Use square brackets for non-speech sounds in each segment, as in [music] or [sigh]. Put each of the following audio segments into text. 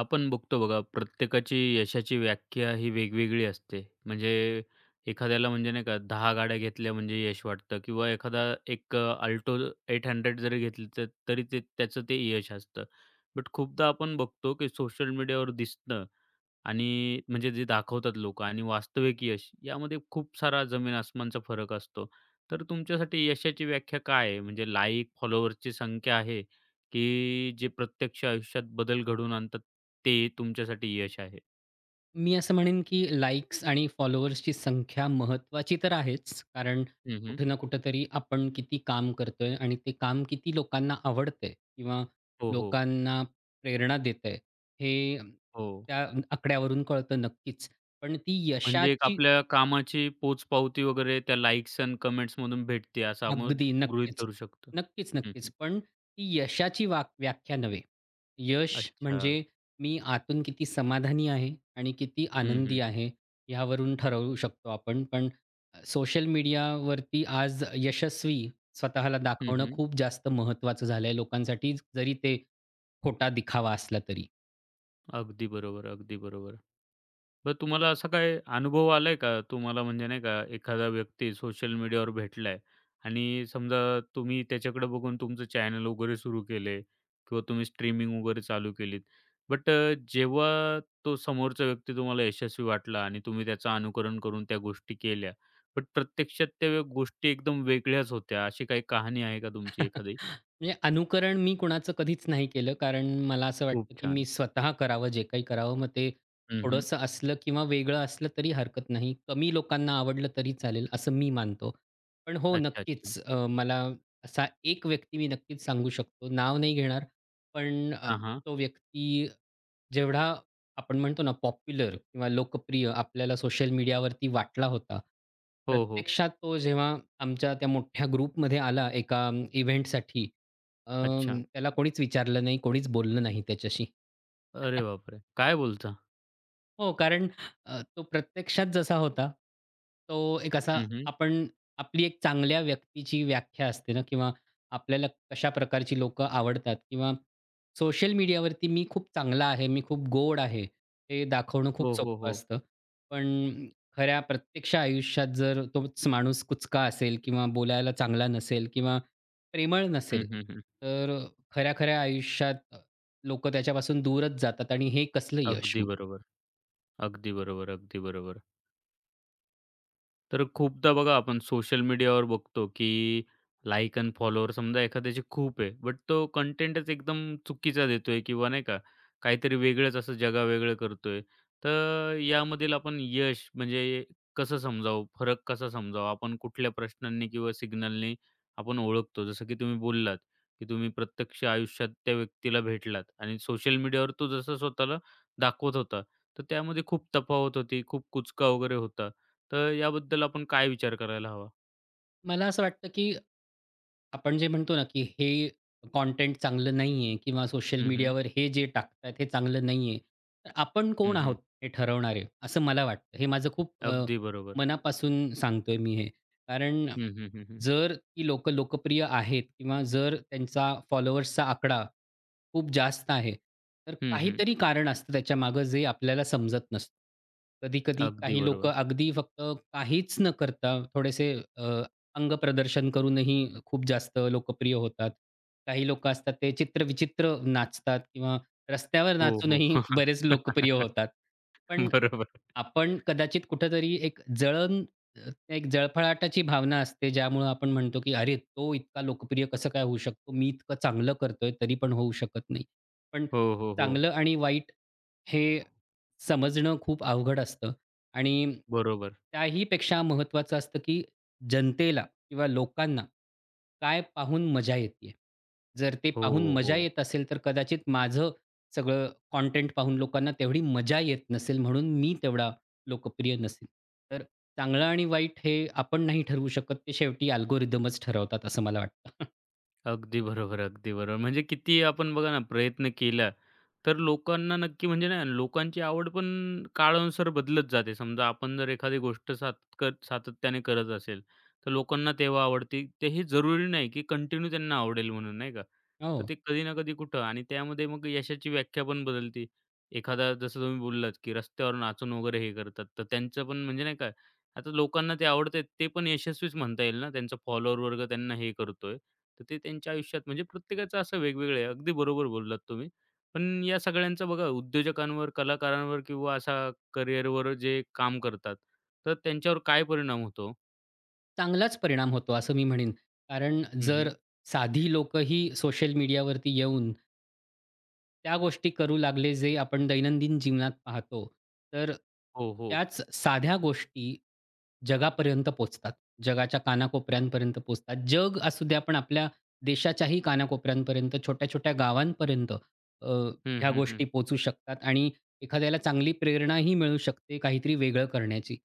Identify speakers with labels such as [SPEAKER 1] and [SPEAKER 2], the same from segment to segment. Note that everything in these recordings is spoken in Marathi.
[SPEAKER 1] आपण बघतो बघा, प्रत्येकाची यशाची व्याख्या ही वेगवेगळी असते. म्हणजे एखाद्याला म्हणजे नाही का 10 गाड्या घेतल्या म्हणजे यश वाटतं किंवा एखादा एक अल्टो 800 जरी घेतली तरी ते त्याचं ते यश असतं. बट खूपदा आपण बघतो की सोशल मीडियावर दिसणं आणि म्हणजे जे दाखवतात लोकं आणि वास्तविक यश यामध्ये खूप सारा जमीन-आसमानचा फरक असतो. तर तुमच्यासाठी यशाची व्याख्या काय आहे? म्हणजे लाईक, फॉलोअर्सची संख्या आहे, की जे प्रत्यक्ष आयुष्यात बदल घडवून आणतात ते तुमच्यासाठी यश आहे?
[SPEAKER 2] मी असं म्हणेन की लाइक्स आणि फॉलोअर्सची संख्या महत्त्वाची तर आहेच. कारण
[SPEAKER 1] हं, हं.
[SPEAKER 2] कुठे ना कुठेतरी आपण किती काम करतोय आणि ते काम किती लोकांना आवडतंय किंवा
[SPEAKER 1] हो, हो.
[SPEAKER 2] लोकांना प्रेरणा देतंय, हे
[SPEAKER 1] हो.
[SPEAKER 2] त्या आकड्यावरून कळतं नक्कीच. पण ती
[SPEAKER 1] म्हणजे एक
[SPEAKER 2] यशाची
[SPEAKER 1] आपल्या कामाची पोचपावती वगैरे त्या लाइक्स अन् कमेंट्समधून भेटते असं आपण
[SPEAKER 2] अगदी.
[SPEAKER 1] गृहीत
[SPEAKER 2] नक्कीच.
[SPEAKER 1] धरू शकतो.
[SPEAKER 2] नक्कीच,
[SPEAKER 1] हं,
[SPEAKER 2] नक्कीच.
[SPEAKER 1] हं.
[SPEAKER 2] पण ती यशाची व्याख्या नव्हे. यश
[SPEAKER 1] अच्छा.
[SPEAKER 2] म्हणजे मी आतून किती समाधानी आहे आणि किती
[SPEAKER 1] हं, हं.
[SPEAKER 2] आनंदी आहे यावरून ठरवू शकतो आपण. पण सोशल मीडियावरती आज यशस्वी स्वतःला
[SPEAKER 1] हं,
[SPEAKER 2] दाखवणं
[SPEAKER 1] हं.
[SPEAKER 2] खूप जास्त महत्त्वाचं झालंय लोकांसाठी, जरी ते खोटा दिखावा असला तरी.
[SPEAKER 1] अगदी बरोबर, अगदी बरोबर. बरं तुम्हाला असा काही अनुभव आलाय का? तुम्हाला म्हणजे नाही का एखादा व्यक्ती सोशल मीडियावर भेटलाय आणि समजा तुम्ही त्याच्याकडे बघून तुमचं चॅनल वगैरे सुरू केले किंवा तुम्ही स्ट्रीमिंग वगैरे चालू केलीत. बट जेव्हा तो समोरचा व्यक्ती तुम्हाला यशस्वी वाटला आणि तुम्ही त्याचं अनुकरण करून त्या गोष्टी केल्या. बट प्रत्यक्षात त्या गोष्टी एकदम वेगळ्याच होत्या. अशी काही कहाणी आहे का तुमची एखादी?
[SPEAKER 2] म्हणजे अनुकरण मी कुणाचं कधीच नाही केलं. कारण मला असं
[SPEAKER 1] खूप
[SPEAKER 2] वाटतं, की मी
[SPEAKER 1] छान.
[SPEAKER 2] स्वतः करावं जे काही करावं. मग ते
[SPEAKER 1] हं, हं.
[SPEAKER 2] थोडंसं असलं किंवा वेगळं असलं तरी हरकत नाही. कमी लोकांना आवडलं तरी चालेल असं मी मानतो. पण हो
[SPEAKER 1] अच्छा, अच्छा.
[SPEAKER 2] नक्कीच मला असा एक व्यक्ती मी नक्कीच सांगू शकतो. नाव नाही घेणार. पण
[SPEAKER 1] हां, हां.
[SPEAKER 2] तो व्यक्ती जेवढा आपण म्हणतो ना पॉप्युलर किंवा लोकप्रिय आपल्याला सोशल मीडियावरती वाटला होता,
[SPEAKER 1] हो, हो.
[SPEAKER 2] प्रत्यक्षात तो जेव्हा आमच्या त्या मोठ्या ग्रुपमध्ये आला एका इव्हेंटसाठी, अ,
[SPEAKER 1] अच्छा.
[SPEAKER 2] त्याला कोणीच विचारलं नाही, कोणीच बोललं नाही त्याच्याशी.
[SPEAKER 1] अरे बापरे! काय बोलता?
[SPEAKER 2] हो, कारण तो प्रत्यक्षात जसा होता, तो एक असा आपण आपली एक चांगल्या व्यक्तीची व्याख्या असते ना किंवा आपल्याला कशा प्रकारची लोकं आवडतात किंवा सोशल मीडियावरती मी खूप चांगला आहे, मी खूप गोड आहे, हे दाखवणं खूप
[SPEAKER 1] हो, हो,
[SPEAKER 2] सोपं
[SPEAKER 1] हो.
[SPEAKER 2] असतं. पण खऱ्या प्रत्यक्ष आयुष्यात जर तोच माणूस कुचका असेल किंवा बोलायला चांगला नसेल किंवा प्रेमळ
[SPEAKER 1] हं,
[SPEAKER 2] नसेल,
[SPEAKER 1] हं, हं.
[SPEAKER 2] तर खऱ्या-खऱ्या आयुष्यात लोकं त्याच्यापासून दूरच जातात आणि हे कसलं यश.
[SPEAKER 1] अगदी बरोबर. अगदी बरोबर, अगदी बरोबर. तर खूपदा बघा आपण सोशल मीडियावर बघतो, की लाइक अन् फॉलोवर समजा एखाद्याचे खूप आहे. बट तो कंटेंटच एकदम चुकीचा देतोय किंवा नाही का, काहीतरी वेगळंच असं जगावेगळं करतोय. तर यामधील आपण यश म्हणजे कसं समजावं? फरक कसा समजावा? आपण कुठल्या प्रश्नांनी किंवा सिग्नलनी आपण ओळखतो? जसं की तुम्ही बोललात, की तुम्ही प्रत्यक्ष आयुष्यात त्या व्यक्तीला भेटलात आणि सोशल मीडियावर तो जसं स्वतःला दाखवत होता, तर त्यामध्ये खूप तफावत होती, खूप कुचका वगैरे होता. तर याबद्दल आपण काय विचार करायला हवा?
[SPEAKER 2] मला असं वाटतं, की आपण जे म्हणतो ना, की हे कंटेंट चांगलं नाहीये किंवा सोशल
[SPEAKER 1] हं, हं.
[SPEAKER 2] मीडियावर हे जे टाकतायत हे चांगलं नाहीये. तर आपण
[SPEAKER 1] हं,
[SPEAKER 2] कोण आहोत
[SPEAKER 1] हं.
[SPEAKER 2] हे ठरवणारे असं मला वाटतं. हे माझं खूप
[SPEAKER 1] अगदी बरोबर.
[SPEAKER 2] मनापासून सांगतोय मी हे. कारण
[SPEAKER 1] हं, हं, हं, हं.
[SPEAKER 2] जर ती लोकं लोकप्रिय आहेत किंवा जर त्यांचा फॉलोअर्सचा आकडा खूप जास्त आहे, तर
[SPEAKER 1] हं, हं.
[SPEAKER 2] काहीतरी कारण असतं त्याच्यामागे जे आपल्याला समजत नसतं. कधी-कधी
[SPEAKER 1] अगदी
[SPEAKER 2] काही
[SPEAKER 1] बरोबर.
[SPEAKER 2] लोकं अगदी फक्त काहीच न करता थोडेसे अंगप्रदर्शन करूनही खूप जास्त लोकप्रिय होतात. काही लोकं असतात ते चित्रविचित्र नाचतात किंवा रस्त्यावर
[SPEAKER 1] हो, हो.
[SPEAKER 2] नाचूनही बरेच लोकप्रिय
[SPEAKER 1] [laughs]
[SPEAKER 2] होतात. पण
[SPEAKER 1] बरोबर.
[SPEAKER 2] आपण कदाचित कुठेतरी एक जळफळाटाची भावना असते, ज्यामुळं आपण म्हणतो, की "अरे, तो इतका लोकप्रिय कसं काय होऊ शकतो? मी इतकं चांगलं करतोय, तरी पण होऊ शकत नाही." पण
[SPEAKER 1] हो, हो, हो.
[SPEAKER 2] चांगलं आणि वाईट हे समजणं खूप अवघड असतं आणि
[SPEAKER 1] बरोबर.
[SPEAKER 2] त्याहीपेक्षा महत्त्वाचं असतं, की जनतेला किंवा लोकांना काय पाहून मजा येते? जर ते
[SPEAKER 1] हो,
[SPEAKER 2] पाहून मजा
[SPEAKER 1] हो.
[SPEAKER 2] येत असेल, तर कदाचित माझं सगळं कंटेंट पाहून लोकांना तेवढी मजा येत नसेल, म्हणून मी तेवढा लोकप्रिय नसेल. तर चांगलं आणि वाईट हे आपण नाही ठरवू शकत, ते शेवटी अल्गोरिदमच ठरवतात असं मला वाटतं. [laughs]
[SPEAKER 1] अगदी बरोबर, अगदी बरोबर. म्हणजे किती आपण बघा ना प्रयत्न केला, तर लोकांना नक्की म्हणजे ना लोकांची आवड पण काळानुसार बदलत जाते. समजा आपण जर एखादी गोष्ट सातत्याने करत असेल, तर लोकांना तेव्हा आवडते. ते हे जरुरी नाही की कंटिन्यू त्यांना आवडेल म्हणून, नाही का? तर
[SPEAKER 2] हो.
[SPEAKER 1] ते कधी ना कधी कुठं आणि त्यामध्ये मग यशाची व्याख्या पण बदलते. एखादा जसं तुम्ही बोललात, की रस्त्यावर नाचून वगैरे हे करतात, तर त्यांचं पण म्हणजे नाही का, आता लोकांना ते आवडते ते पण यशस्वीच म्हणता येईल ना, त्यांचा फॉलोअर वर्ग त्यांना हे करतोय. तर ते त्यांच्या आयुष्यात म्हणजे प्रत्येकाचं असं वेगवेगळं आहे. अगदी बरोबर बोललात तुम्ही. पण या सगळ्यांचा बघा उद्योजकांवर, कलाकारांवर किंवा अशा करिअरवर जे काम करतात, तर त्यांच्यावर काय परिणाम होतो?
[SPEAKER 2] चांगलाच परिणाम होतो असं मी म्हणेन. कारण
[SPEAKER 1] हं,
[SPEAKER 2] जर
[SPEAKER 1] हं.
[SPEAKER 2] साधी लोकं ही सोशल मीडियावरती येऊन त्या गोष्टी करू लागले, जे आपण दैनंदिन जीवनात पाहतो. तर
[SPEAKER 1] हो, हो.
[SPEAKER 2] त्याच साध्या गोष्टी जगापर्यंत पोहोचतात. जगाच्या कानाकोपऱ्यांपर्यंत पोहोचतात. जग असू द्या, पण आपल्या देशाच्याही कानाकोपऱ्यांपर्यंत, छोट्या-छोट्या गावांपर्यंत अ,
[SPEAKER 1] हं,
[SPEAKER 2] ह्या
[SPEAKER 1] हं, हं.
[SPEAKER 2] गोष्टी पोहोचू शकतात आणि एखाद्याला चांगली प्रेरणाही मिळू शकते काहीतरी वेगळं करण्याची.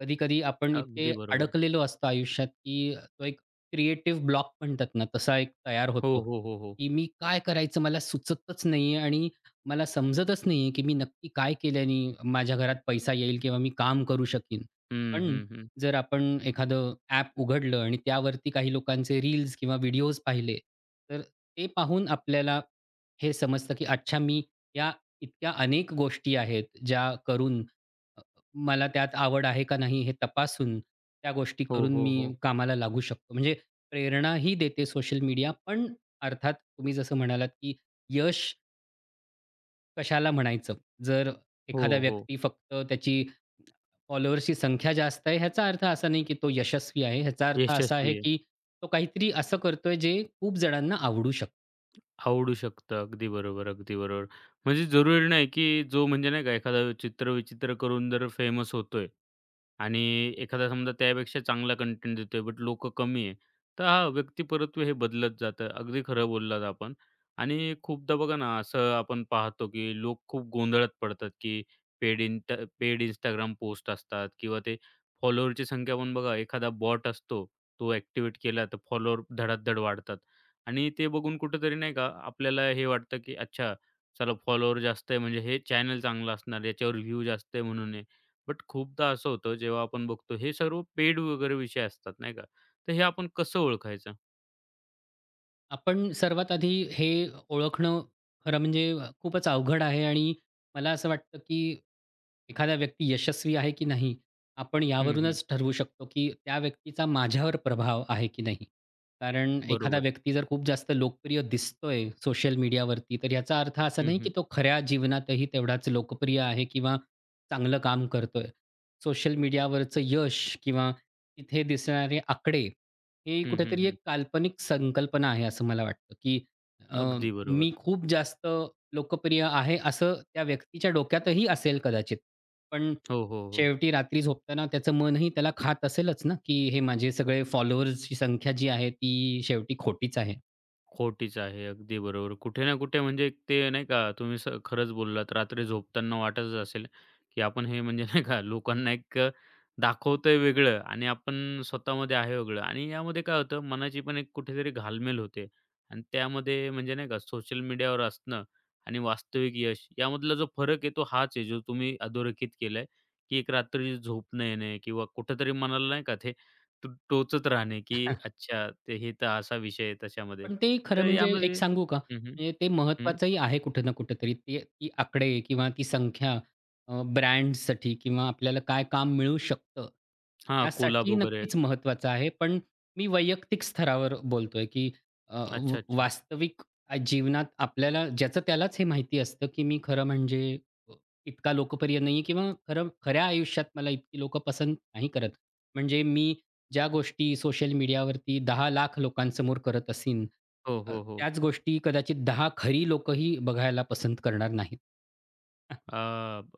[SPEAKER 2] कधी-कधी आपण इतके
[SPEAKER 1] अगदी बरोबर.
[SPEAKER 2] अडकलेलो असतो आयुष्यात, की तो एक क्रिएटिव्ह ब्लॉक म्हणतात ना, तसा एक तयार
[SPEAKER 1] हो,
[SPEAKER 2] होतो,
[SPEAKER 1] हो, हो, हो.
[SPEAKER 2] की मी काय करायचं मला सुचतच नाहीये आणि मला समजतच नाहीये, की मी नक्की काय केल्याने माझ्या घरात पैसा येईल किंवा मी काम करू शकीन.
[SPEAKER 1] हं,
[SPEAKER 2] पण
[SPEAKER 1] हं, हं.
[SPEAKER 2] जर आपण एखादं ॲप उघडलं आणि त्यावरती काही लोकांचे रील्स किंवा व्हिडिओज पाहिले, तर ते पाहून आपल्याला हे समजतं, की अच्छा मी या इतक्या अनेक गोष्टी आहेत, ज्या करून अ, मला त्यात आवड आहे का नाही हे तपासून त्या गोष्टी
[SPEAKER 1] हो,
[SPEAKER 2] करून
[SPEAKER 1] हो, हो.
[SPEAKER 2] मी कामाला लागू शकतो. म्हणजे प्रेरणाही देते सोशल मीडिया, पण अर्थात तुम्ही जसं म्हणालात, की यश कशाला म्हणायचं? जर
[SPEAKER 1] हो,
[SPEAKER 2] एखादा
[SPEAKER 1] हो.
[SPEAKER 2] व्यक्ती फक्त त्याची फॉलोअर्सची संख्या जास्त आहे ह्याचा अर्थ असा नाही, की तो यशस्वी आहे. ह्याचा अर्थ असा आहे,
[SPEAKER 1] यशस्वी आहे.
[SPEAKER 2] की तो काहीतरी असं करतोय जे खूप जणांना आवडू शकतं.
[SPEAKER 1] आवडू शकतं. अगदी बरोबर, अगदी बरोबर. म्हणजे जरुरी नाही, की जो म्हणजे नाही का एखादा चित्र-विचित्र करून जर फेमस होतोय आणि एखादा समजा त्यापेक्षा चांगला कंटेंट देतोय, बट लोकं कमी आहे. तर हां, व्यक्तिपरत्व हे बदलत जातं. अगदी खरं बोललात आपण. आणि खूपदा बघा ना, असं आपण पाहतो, की लोक खूप गोंधळात पडतात, की पेड इंट पेड Instagram पोस्ट असतात किंवा ते फॉलोअरची संख्या पण बघा, एखादा बॉट असतो, तो ॲक्टिव्हेट केला तर फॉलोअर धडाधड वाढतात. आणि ते बघून कुठेतरी नाही का, आपल्याला हे वाटतं, की अच्छा, चला फॉलोअर जास्त आहे म्हणजे हे चॅनल चांगलं असणार, याच्यावर व्ह्यू जास्त आहे म्हणून हे. बट खूपदा असं होतं जेव्हा आपण बघतो हे सर्व पेड वगैरे विषय असतात नाही का? तर हे आपण कसं ओळखायचं?
[SPEAKER 2] आपण सर्वात आधी हे ओळखणं खरं म्हणजे खूपच अवघड आहे आणि मला असं वाटतं, की एखादा व्यक्ती यशस्वी आहे की नाही, आपण
[SPEAKER 1] हं, हं.
[SPEAKER 2] यावरूनच ठरवू शकतो, की त्या व्यक्तीचा माझ्यावर प्रभाव आहे की नाही. कारण एखादा
[SPEAKER 1] बरोबर.
[SPEAKER 2] व्यक्ती जर खूप जास्त लोकप्रिय दिसतोय सोशल मीडियावरती, तर याचा अर्थ असा
[SPEAKER 1] हं,
[SPEAKER 2] नाही, की
[SPEAKER 1] हं.
[SPEAKER 2] तो खऱ्या जीवनातही तेवढाच लोकप्रिय आहे किंवा चांगलं काम करतोय. सोशल मीडियावरचं यश किंवा तिथे दिसणारे आकडे, हे
[SPEAKER 1] हं, हं,
[SPEAKER 2] कुठेतरी
[SPEAKER 1] हं.
[SPEAKER 2] एक काल्पनिक संकल्पना आहे असं मला वाटतं, की अ,
[SPEAKER 1] अगदी
[SPEAKER 2] मी
[SPEAKER 1] बरोबर.
[SPEAKER 2] खूप जास्त लोकप्रिय आहे असं त्या व्यक्तीच्या डोक्यातही असेल कदाचित. पण
[SPEAKER 1] हो, हो, हो.
[SPEAKER 2] शेवटी रात्री झोपताना त्याचं मनही त्याला खात असेलच ना, की हे माझे सगळे फॉलोअर्सची संख्या जी आहे ती शेवटी खोटीच आहे.
[SPEAKER 1] खोटीच आहे. अगदी बरोबर. कुठे ना कुठे म्हणजे एक ते नाही का तुम्ही खरंच बोललात. रात्री झोपताना वाटतच असेल, की आपण हे म्हणजे नाही का लोकांना एक दाखवतोय वेगळं आणि आपण स्वतःमध्ये आहे वेगळं आणि यामध्ये काय होतं मनाची पण एक कुठेतरी घालमेल होते आणि त्यामध्ये म्हणजे नाही का सोशल मीडियावर असणं आणि वास्तविक यश यामधला जो फरक आहे तो हाच आहे जो तुम्ही अधोरेखित केलाय, की एक रात्री झोप न येणे किंवा कुठेतरी मनाला नाही का ते टोचत राहणे, की अच्छा ते हे तर असा विषय आहे त्याच्यामध्ये.
[SPEAKER 2] पण ते खरं
[SPEAKER 1] तर
[SPEAKER 2] म्हणजे एक
[SPEAKER 1] यामध्ये
[SPEAKER 2] सांगू का?
[SPEAKER 1] हं, हं.
[SPEAKER 2] म्हणजे ते
[SPEAKER 1] हं.
[SPEAKER 2] महत्वाचंही आहे कुठं ना कुठेतरी. ते ती आकडे किंवा ती संख्या ब्रँड्ससाठी किंवा आपल्याला काय काम मिळू शकतं,
[SPEAKER 1] हां, कोलाब
[SPEAKER 2] त्यासाठी
[SPEAKER 1] वगैरे.
[SPEAKER 2] नक्कीच महत्वाचं आहे. पण मी वैयक्तिक स्तरावर बोलतोय, की अ, व
[SPEAKER 1] अच्छा, अच्छा.
[SPEAKER 2] वास्तविक जीवनात आपल्याला ज्याचं त्यालाच हे माहिती असतं, की मी खरं म्हणजे अ, इतका लोकप्रिय नाहीये किंवा खऱ्या आयुष्यात मला इतकी लोकं पसंत नाही करत. म्हणजे मी ज्या गोष्टी सोशल मीडियावरती 10 लाख लोकांसमोर करत असीन,
[SPEAKER 1] हो, हो, हो.
[SPEAKER 2] त्याच गोष्टी कदाचित 10 खरी लोकंही बघायला पसंत करणार नाहीत.
[SPEAKER 1] अ,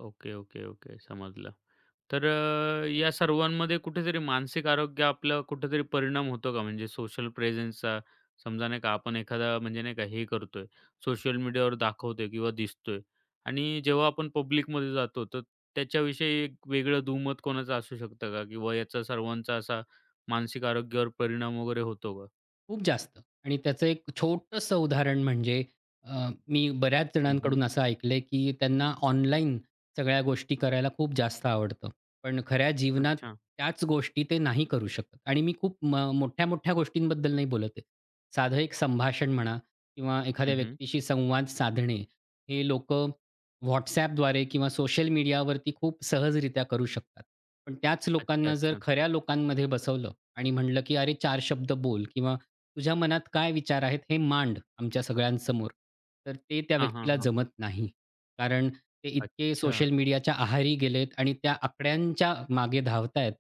[SPEAKER 1] ओके, ओके, ओके. समजलं. तर या सर्वांमध्ये कुठेतरी मानसिक आरोग्य आपलं कुठेतरी परिणाम होतो का? म्हणजे सोशल प्रेझेन्सचा समजा नाही का आपण एखादा म्हणजे नाही का हे करतोय, सोशल मीडियावर दाखवतोय किंवा दिसतोय आणि जेव्हा आपण पब्लिकमध्ये जातो, तर त्याच्याविषयी एक वेगळं दुमत कोणाचं असू शकतं का? किंवा याचा सर्वांचा असा मानसिक आरोग्यावर परिणाम वगैरे होतो का?
[SPEAKER 2] खूप जास्त. आणि त्याचं एक छोटंसं उदाहरण म्हणजे मी बऱ्याच
[SPEAKER 1] हं, हं.
[SPEAKER 2] जणांकडून असं ऐकलंय, की त्यांना ऑनलाईन सगळ्या गोष्टी करायला खूप जास्त आवडतं. पण खऱ्या जीवनात
[SPEAKER 1] अच्छा.
[SPEAKER 2] त्याच गोष्टी ते नाही करू शकत आणि मी खूप मोठ्या-मोठ्या गोष्टींबद्दल नाही बोलत आहे. साधं एक संभाषण म्हणा किंवा एखाद्या
[SPEAKER 1] हं, हं.
[SPEAKER 2] व्यक्तीशी संवाद साधणे, हे लोकं WhatsAppद्वारे किंवा सोशल मीडियावरती खूप सहजरित्या करू शकतात. पण त्याच
[SPEAKER 1] अच्छा,
[SPEAKER 2] लोकांना जर
[SPEAKER 1] अच्छा.
[SPEAKER 2] खऱ्या लोकांमध्ये बसवलं आणि म्हणलं, की "अरे चार शब्द बोल किंवा तुझ्या मनात काय विचार आहेत हे मांड आमच्या सगळ्यांसमोर." तर ते त्या
[SPEAKER 1] हां, हां,
[SPEAKER 2] व्यक्तीला
[SPEAKER 1] हां.
[SPEAKER 2] जमत नाही. कारण ते इतके
[SPEAKER 1] अच्छा.
[SPEAKER 2] सोशल मीडियाच्या आहारी गेलेत आणि त्या आकड्यांच्या मागे धावतायत,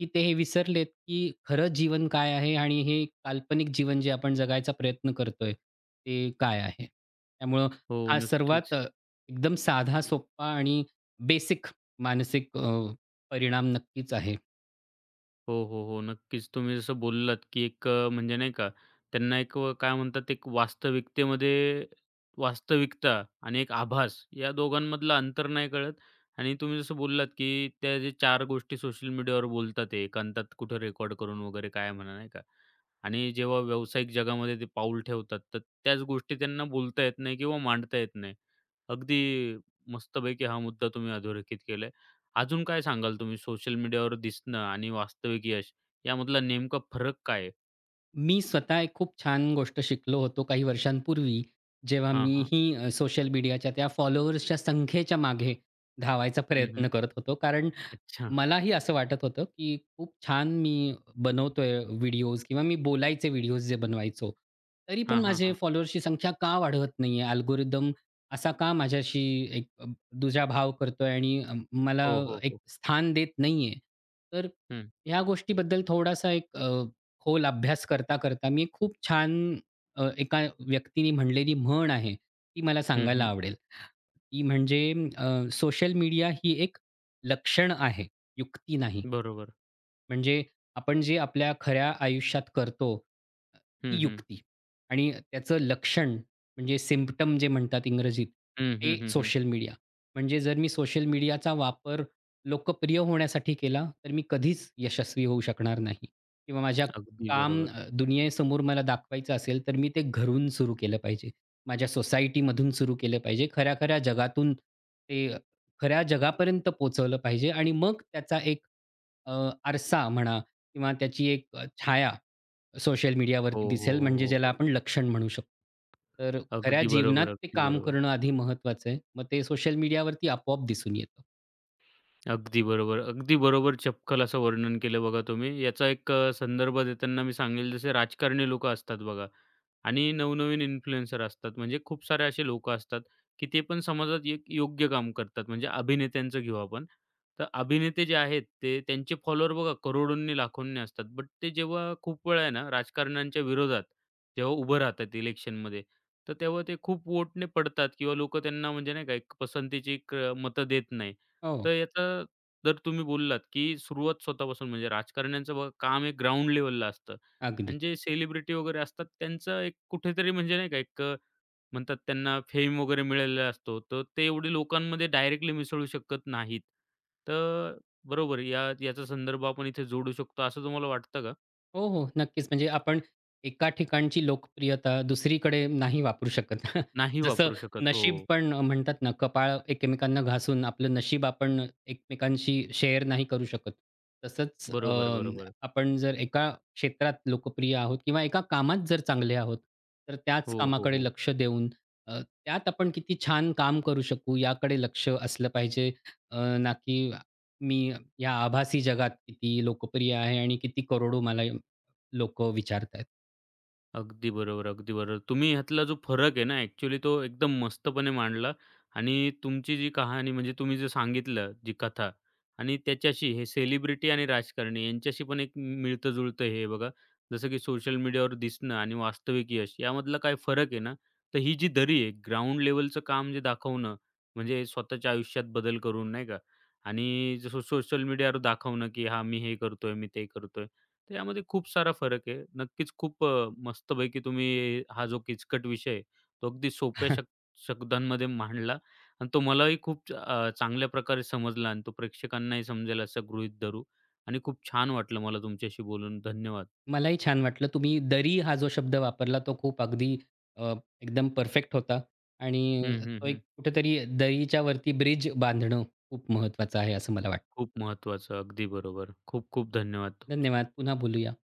[SPEAKER 2] की ते हे विसरलेत, की खरं जीवन काय आहे आणि हे काल्पनिक जीवन जे आपण जगायचा प्रयत्न करतोय, ते काय आहे? त्यामुळं
[SPEAKER 1] हो,
[SPEAKER 2] हा सर्वात
[SPEAKER 1] नक्कीच.
[SPEAKER 2] एकदम साधा, सोप्पा आणि बेसिक मानसिक परिणाम नक्कीच आहे.
[SPEAKER 1] हो, हो, हो. नक्कीच. तुम्ही जसं बोललात, की एक म्हणजे नाही का, त्यांना एक काय म्हणतात, एक वास्तविकता आणि एक आभास या दोघांमधलं अंतर नाही कळत आणि तुम्ही जसं बोललात, की त्या जे 4 गोष्टी सोशल मीडियावर बोलतात, ते एकांतात कुठं रेकॉर्ड करून वगैरे काय म्हणा, नाही का. आणि जेव्हा व्यावसायिक जगामध्ये ते पाऊल ठेवतात, तर त्याच गोष्टी त्यांना बोलता येत नाही किंवा मांडता येत नाही. अगदी मस्तपैकी हा मुद्दा तुम्ही अधोरेखित केलाय. अजून काय सांगाल तुम्ही सोशल मीडियावर दिसणं आणि वास्तविक यश यामधला नेमका फरक काय आहे?
[SPEAKER 2] मी स्वतः एक खूप छान गोष्ट शिकलो होतो काही वर्षांपूर्वी, जेव्हा
[SPEAKER 1] हां, हां.
[SPEAKER 2] मीही सोशल मीडियाच्या त्या फॉलोअर्सच्या संख्येच्या मागे धावायचा
[SPEAKER 1] हं,
[SPEAKER 2] प्रयत्न
[SPEAKER 1] हं.
[SPEAKER 2] करत होतो. कारण
[SPEAKER 1] अच्छा.
[SPEAKER 2] मलाही असं वाटत होतं, की खूप छान मी बनवतोय व्हिडिओज किंवा मी बोलायचे व्हिडिओज जे बनवायचो. तरी पण
[SPEAKER 1] हां, हां,
[SPEAKER 2] माझे
[SPEAKER 1] हां.
[SPEAKER 2] फॉलोअर्सची संख्या का वाढवत नाहीये? अल्गोरिदम असा का माझ्याशी एक अ, दुजाभाव करतोय आणि मला
[SPEAKER 1] हो, हो,
[SPEAKER 2] एक
[SPEAKER 1] हो.
[SPEAKER 2] स्थान देत नाहीये? तर
[SPEAKER 1] हं.
[SPEAKER 2] ह्या गोष्टीबद्दल थोडासा खोल अभ्यास करता, करता मी एक खूप छान एका व्यक्तीने म्हणलेली म्हण आहे, ती मला
[SPEAKER 1] हं,
[SPEAKER 2] सांगायला
[SPEAKER 1] हं.
[SPEAKER 2] आवडेल. ती म्हणजे अ, सोशल मीडिया ही एक लक्षण आहे, युक्ती नाही.
[SPEAKER 1] बरोबर.
[SPEAKER 2] म्हणजे आपण जे आपल्या खऱ्या आयुष्यात करतो, अ,
[SPEAKER 1] हं,
[SPEAKER 2] ती
[SPEAKER 1] हं.
[SPEAKER 2] युक्ती आणि त्याचं लक्षण म्हणजे सिम्प्टम जे म्हणतात इंग्रजीत,
[SPEAKER 1] हं, हं,
[SPEAKER 2] ते
[SPEAKER 1] हं, हं.
[SPEAKER 2] Social media. म्हणजे जर मी सोशल मीडियाचा वापर लोकप्रिय होण्यासाठी केला, तर मी कधीच यशस्वी होऊ शकणार नाही किंवा माझ्या
[SPEAKER 1] अगदी बरोबर.
[SPEAKER 2] दुनियेसमोर मला दाखवायचं असेल, तर मी ते घरून सुरू केलं पाहिजे. माझ्या सोसायटीमधून सुरू केलं पाहिजे. खऱ्या-खऱ्या जगातून ते खऱ्या जगापर्यंत पोहोचवलं पाहिजे आणि मग त्याचा एक अ, आरसा म्हणा किंवा त्याची एक छाया सोशल
[SPEAKER 1] हो,
[SPEAKER 2] मीडियावरती
[SPEAKER 1] हो,
[SPEAKER 2] दिसेल
[SPEAKER 1] हो,
[SPEAKER 2] म्हणजे
[SPEAKER 1] हो,
[SPEAKER 2] ज्याला
[SPEAKER 1] हो.
[SPEAKER 2] आपण लक्षण म्हणू शकतो. तर खऱ्या
[SPEAKER 1] अगदी
[SPEAKER 2] जीवनात
[SPEAKER 1] बरोबर,
[SPEAKER 2] ते
[SPEAKER 1] अगदी
[SPEAKER 2] काम
[SPEAKER 1] बरोबर.
[SPEAKER 2] करणं आधी महत्त्वाचं आहे. मग ते सोशल मीडियावरती आपोआप दिसून येतं.
[SPEAKER 1] अगदी बरोबर. अगदी बरोबर चपखल असं वर्णन केलं बघा तुम्ही. याचा एक संदर्भ देताना मी सांगेल जसे राजकारणी लोकं असतात बघा. आणि नवनवीन इन्फ्लुएन्सर असतात. म्हणजे खूप सारे असे लोकं असतात, की ते पण समाजात एक योग्य काम करतात. म्हणजे अभिनेत्यांचं घेऊ आपण. तर अभिनेते जे आहेत ते त्यांचे फॉलोअर बघा करोडोंनी, लाखोंनी असतात. बट ते जेव्हा खूप वेळा आहे ना राजकारण्यांच्या विरोधात जेव्हा उभं राहतात इलेक्शनमध्ये, तर तेव्हा ते खूप वोटने पडतात किंवा लोकं त्यांना म्हणजे नाही का एक पसंतीची एक मतं देत नाही.
[SPEAKER 2] हो,
[SPEAKER 1] तर याचा जर तुम्ही बोललात, की सुरुवात स्वतःपासून म्हणजे राजकारण्यांचं बघा काम एक ग्राउंड लेव्हलला असतं.
[SPEAKER 2] अगदी.
[SPEAKER 1] आणि जे सेलिब्रिटी वगैरे असतात त्यांचं एक कुठेतरी म्हणजे नाही का एक म्हणतात त्यांना फेम वगैरे मिळालेला असतो. तर ते एवढे लोकांमध्ये डायरेक्टली मिसळू शकत नाहीत. तर बरोबर याचा संदर्भ आपण इथे जोडू शकतो असं तुम्हाला वाटतं का?
[SPEAKER 2] हो, हो. नक्कीच. म्हणजे आपण एका ठिकाणची लोकप्रियता दुसरीकडे नाही वापरू शकत. [laughs]
[SPEAKER 1] नाही
[SPEAKER 2] जसं
[SPEAKER 1] वापरू शकत. हो.
[SPEAKER 2] नशीब पण म्हणतात ना, कपाळ एकमेकांना घासून आपलं नशीब आपण एकमेकांशी शेअर नाही करू शकत. तसंच
[SPEAKER 1] बरोबर, बरोबर.
[SPEAKER 2] आपण जर एका क्षेत्रात लोकप्रिय आहोत किंवा एका कामात जर चांगले आहोत, तर त्याच
[SPEAKER 1] हो, हो,
[SPEAKER 2] कामाकडे
[SPEAKER 1] हो.
[SPEAKER 2] लक्ष देऊन त्यात आपण किती छान काम करू शकू याकडे लक्ष असलं पाहिजे. ना की मी या आभासी जगात किती लोकप्रिय आहे आणि किती करोडो मला लोकं विचारतायत.
[SPEAKER 1] अगदी बरोबर, अगदी बरोबर. तुम्ही ह्यातला जो फरक आहे ना, ॲक्चुअली तो एकदम मस्तपणे मांडला आणि तुमची जी कहाणी म्हणजे तुम्ही जे सांगितलं, जी कथा आणि त्याच्याशी हे सेलिब्रिटी आणि राजकारणी यांच्याशी पण एक मिळतं-जुळतं हे बघा. जसं की सोशल मीडियावर दिसणं आणि वास्तविक यश यामधला काय फरक आहे ना, तर ही जी दरी आहे, ग्राउंड लेव्हलचं काम जे दाखवणं, म्हणजे स्वतःच्या आयुष्यात बदल करून, नाही का? आणि जसं सोशल मीडियावर दाखवणं, की हां, मी हे करतोय, मी ते करतोय. तर यामध्ये खूप सारा फरक आहे. नक्कीच खूप मस्तपैकी तुम्ही हा जो किचकट विषय आहे, तो अगदी सोप्या
[SPEAKER 2] [laughs]
[SPEAKER 1] शब्दांमध्ये मांडला आणि तो मलाही खूप चांगल्या प्रकारे समजला आणि तो प्रेक्षकांनाही समजेल असं गृहीत धरू आणि खूप छान वाटलं मला तुमच्याशी बोलून. धन्यवाद.
[SPEAKER 2] मलाही छान वाटलं. तुम्ही दरी हा जो शब्द वापरला तो खूप अगदी अ, एकदम परफेक्ट होता आणि
[SPEAKER 1] हं, हं,
[SPEAKER 2] तो
[SPEAKER 1] हं.
[SPEAKER 2] एक कुठेतरी दरीच्या वरती ब्रिज बांधणं खूप महत्वाचं आहे असं मला वाटतं.
[SPEAKER 1] खूप महत्त्वाचं. अगदी बरोबर. खूप खूप धन्यवाद तुमचे.
[SPEAKER 2] धन्यवाद. पुन्हा बोलूया.